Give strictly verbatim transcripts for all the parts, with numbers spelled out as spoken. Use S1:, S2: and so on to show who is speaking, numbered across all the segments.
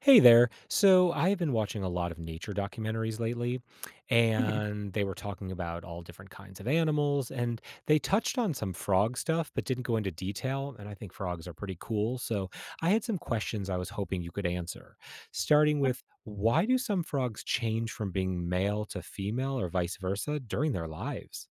S1: Hey there. So I've been watching a lot of nature documentaries lately,
S2: Mhm.
S1: and they were talking about all different kinds of animals, and they touched on some frog stuff, but didn't go into detail. And I think frogs are pretty cool. So I had some questions I was hoping you could answer, starting with why do some frogs change from being male to female or vice versa during their lives?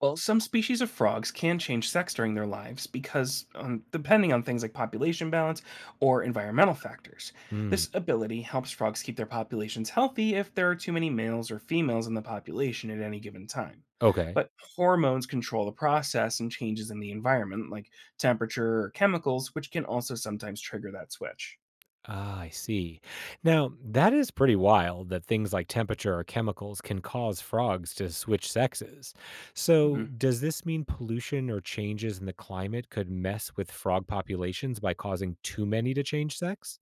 S2: Well, some species of frogs can change sex during their lives because, um, depending on things like population balance or environmental factors,
S1: Hmm.
S2: this ability helps frogs keep their populations healthy if there are too many males or females in the population at any given time.
S1: Okay.
S2: But hormones control the process and changes in the environment, like temperature or chemicals, which can also sometimes trigger that switch.
S1: Ah, I see. Now, that is pretty wild that things like temperature or chemicals can cause frogs to switch sexes. So,
S2: Mhm.
S1: does this mean pollution or changes in the climate could mess with frog populations by causing too many to change sex?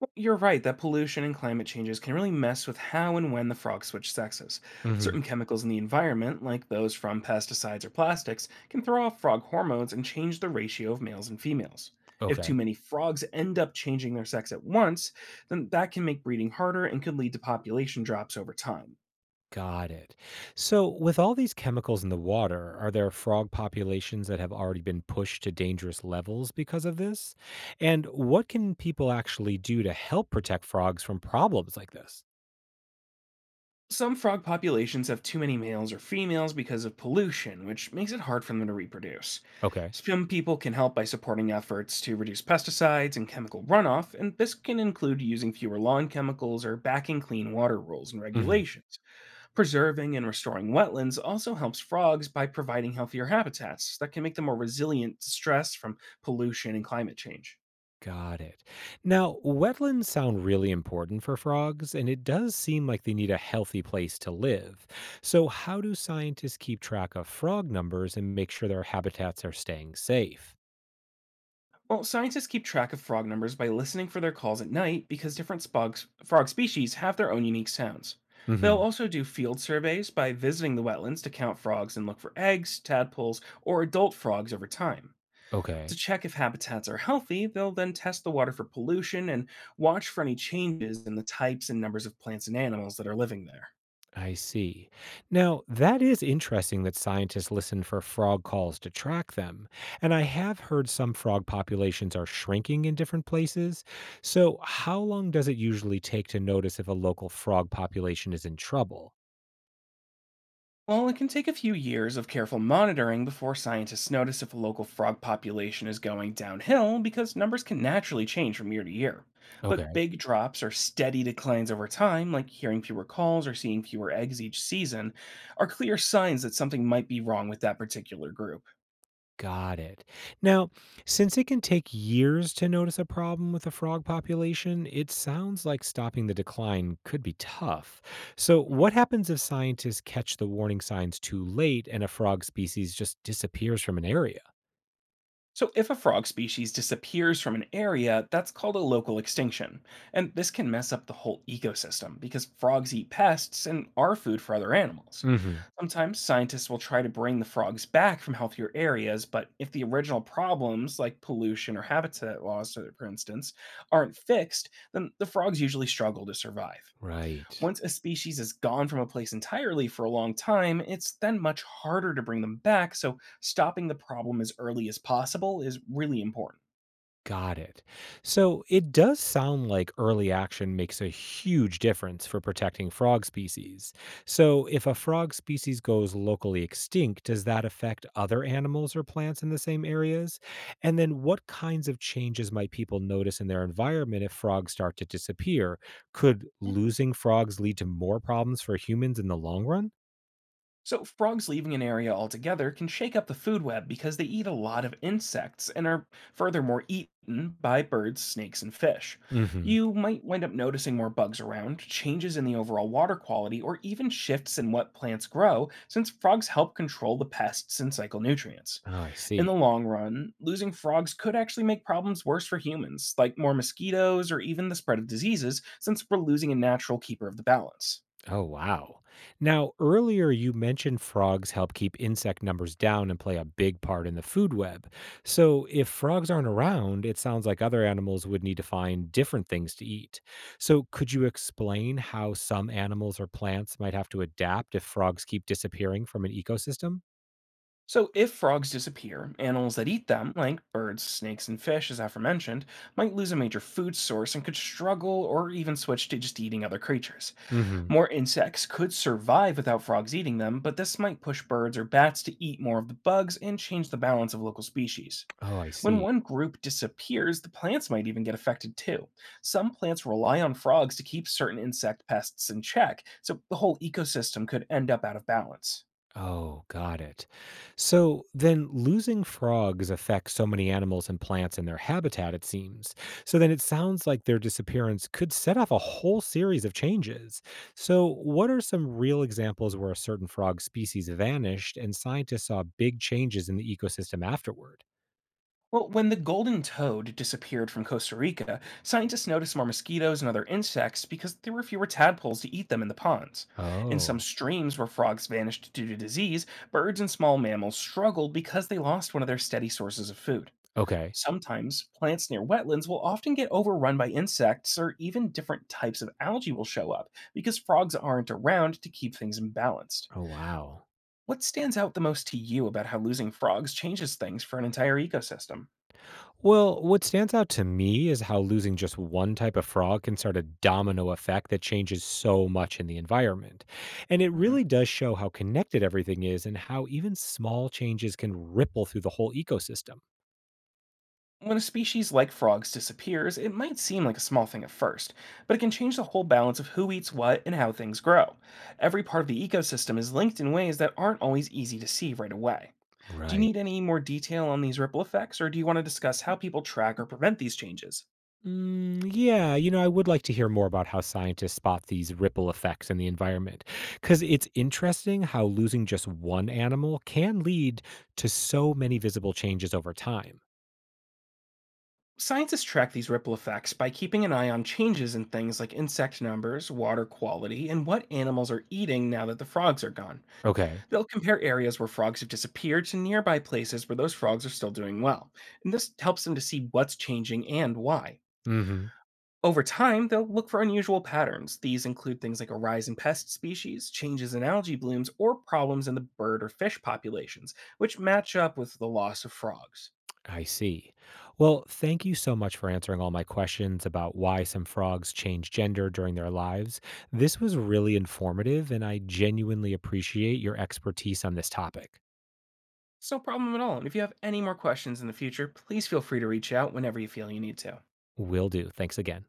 S2: Well, you're right that pollution and climate changes can really mess with how and when the frogs switch sexes.
S1: Hmm.
S2: Certain chemicals in the environment, like those from pesticides or plastics, can throw off frog hormones and change the ratio of males and females. If too
S1: Okay,
S2: many frogs end up changing their sex at once, then that can make breeding harder and could lead to population drops over time.
S1: got it. So, with all these chemicals in the water, are there frog populations that have already been pushed to dangerous levels because of this? And what can people actually do to help protect frogs from problems like this?
S2: Some frog populations have too many males or females because of pollution, which makes it hard for them to reproduce.
S1: Okay.
S2: Some people can help by supporting efforts to reduce pesticides and chemical runoff, and this can include using fewer lawn chemicals or backing clean water rules and
S1: Mhm.
S2: regulations. Preserving and restoring wetlands also helps frogs by providing healthier habitats that can make them more resilient to stress from pollution and climate change.
S1: Got it. Now, wetlands sound really important for frogs, and it does seem like they need a healthy place to live. So, how do scientists keep track of frog numbers and make sure their habitats are staying safe?
S2: Well, scientists keep track of frog numbers by listening for their calls at night because different spugs, frog species have their own unique sounds. They'll
S1: Hmm.
S2: also do field surveys by visiting the wetlands to count frogs and look for eggs, tadpoles, or adult frogs over time. To
S1: Okay,
S2: check if habitats are healthy, they'll then test the water for pollution and watch for any changes in the types and numbers of plants and animals that are living there.
S1: I see. Now, that is interesting that scientists listen for frog calls to track them. And I have heard some frog populations are shrinking in different places. So, how long does it usually take to notice if a local frog population is in trouble?
S2: Well, it can take a few years of careful monitoring before scientists notice if a local frog population is going downhill because numbers can naturally change from year to year. But
S1: Okay,
S2: big drops or steady declines over time, like hearing fewer calls or seeing fewer eggs each season, are clear signs that something might be wrong with that particular group.
S1: got it. Now, since it can take years to notice a problem with a frog population, it sounds like stopping the decline could be tough. So, what happens if scientists catch the warning signs too late and a frog species just disappears from an area?
S2: So, if a frog species disappears from an area, that's called a local extinction. And this can mess up the whole ecosystem because frogs eat pests and are food for other animals.
S1: Hmm.
S2: Sometimes scientists will try to bring the frogs back from healthier areas, but if the original problems, like pollution or habitat loss, uh, for instance, aren't fixed, then the frogs usually struggle to survive.
S1: Right.
S2: Once a species is gone from a place entirely for a long time, it's then much harder to bring them back, so stopping the problem as early as possible is really important.
S1: Got it. So it does sound like early action makes a huge difference for protecting frog species. So if a frog species goes locally extinct, does that affect other animals or plants in the same areas? And then what kinds of changes might people notice in their environment if frogs start to disappear? Could losing frogs lead to more problems for humans in the long run?
S2: So, frogs leaving an area altogether can shake up the food web because they eat a lot of insects and are furthermore eaten by birds, snakes, and fish.
S1: Mhm.
S2: You might wind up noticing more bugs around, changes in the overall water quality, or even shifts in what plants grow, since frogs help control the pests and cycle nutrients.
S1: Oh, I
S2: In the
S1: see.
S2: long run, losing frogs could actually make problems worse for humans, like more mosquitoes or even the spread of diseases, since we're losing a natural keeper of the balance.
S1: Oh, wow. Now, earlier you mentioned frogs help keep insect numbers down and play a big part in the food web. So, if frogs aren't around, it sounds like other animals would need to find different things to eat. So, could you explain how some animals or plants might have to adapt if frogs keep disappearing from an ecosystem?
S2: So, if frogs disappear, animals that eat them, like birds, snakes, and fish, as aforementioned, might lose a major food source and could struggle or even switch to just eating other creatures.
S1: Hmm.
S2: More insects could survive without frogs eating them, but this might push birds or bats to eat more of the bugs and change the balance of local species.
S1: Oh, I
S2: When
S1: see.
S2: one group disappears, the plants might even get affected too. Some plants rely on frogs to keep certain insect pests in check, so the whole ecosystem could end up out of balance.
S1: Oh, got it. So then losing frogs affects so many animals and plants in their habitat, it seems. So then it sounds like their disappearance could set off a whole series of changes. So, what are some real examples where a certain frog species vanished and scientists saw big changes in the ecosystem afterward?
S2: Well, when the golden toad disappeared from Costa Rica, scientists noticed more mosquitoes and other insects because there were fewer tadpoles to eat them in the ponds. In some
S1: Oh,
S2: streams where frogs vanished due to disease, birds and small mammals struggled because they lost one of their steady sources of food.
S1: okay.
S2: Sometimes plants near wetlands will often get overrun by insects, or even different types of algae will show up because frogs aren't around to keep things balanced.
S1: Oh, wow.
S2: What stands out the most to you about how losing frogs changes things for an entire ecosystem?
S1: Well, what stands out to me is how losing just one type of frog can start a domino effect that changes so much in the environment. And it really
S2: Hmm.
S1: does show how connected everything is and how even small changes can ripple through the whole ecosystem.
S2: When a species like frogs disappears, it might seem like a small thing at first, but it can change the whole balance of who eats what and how things grow. Every part of the ecosystem is linked in ways that aren't always easy to see right away. Do you need
S1: Right.
S2: any more detail on these ripple effects, or do you want to discuss how people track or prevent these changes?
S1: Mm, yeah, you know, I would like to hear more about how scientists spot these ripple effects in the environment because it's interesting how losing just one animal can lead to so many visible changes over time.
S2: Scientists track these ripple effects by keeping an eye on changes in things like insect numbers, water quality, and what animals are eating now that the frogs are gone.
S1: Okay.
S2: They'll compare areas where frogs have disappeared to nearby places where those frogs are still doing well. And this helps them to see what's changing and why.
S1: Mm hmm.
S2: Over time, they'll look for unusual patterns. These include things like a rise in pest species, changes in algae blooms, or problems in the bird or fish populations, which match up with the loss of frogs.
S1: I see. Well, thank you so much for answering all my questions about why some frogs change gender during their lives. This was really informative, and I genuinely appreciate your expertise on this topic.
S2: It's no problem at all, and if you have any more questions in the future, please feel free to reach out whenever you feel you need to.
S1: Will do. Thanks again.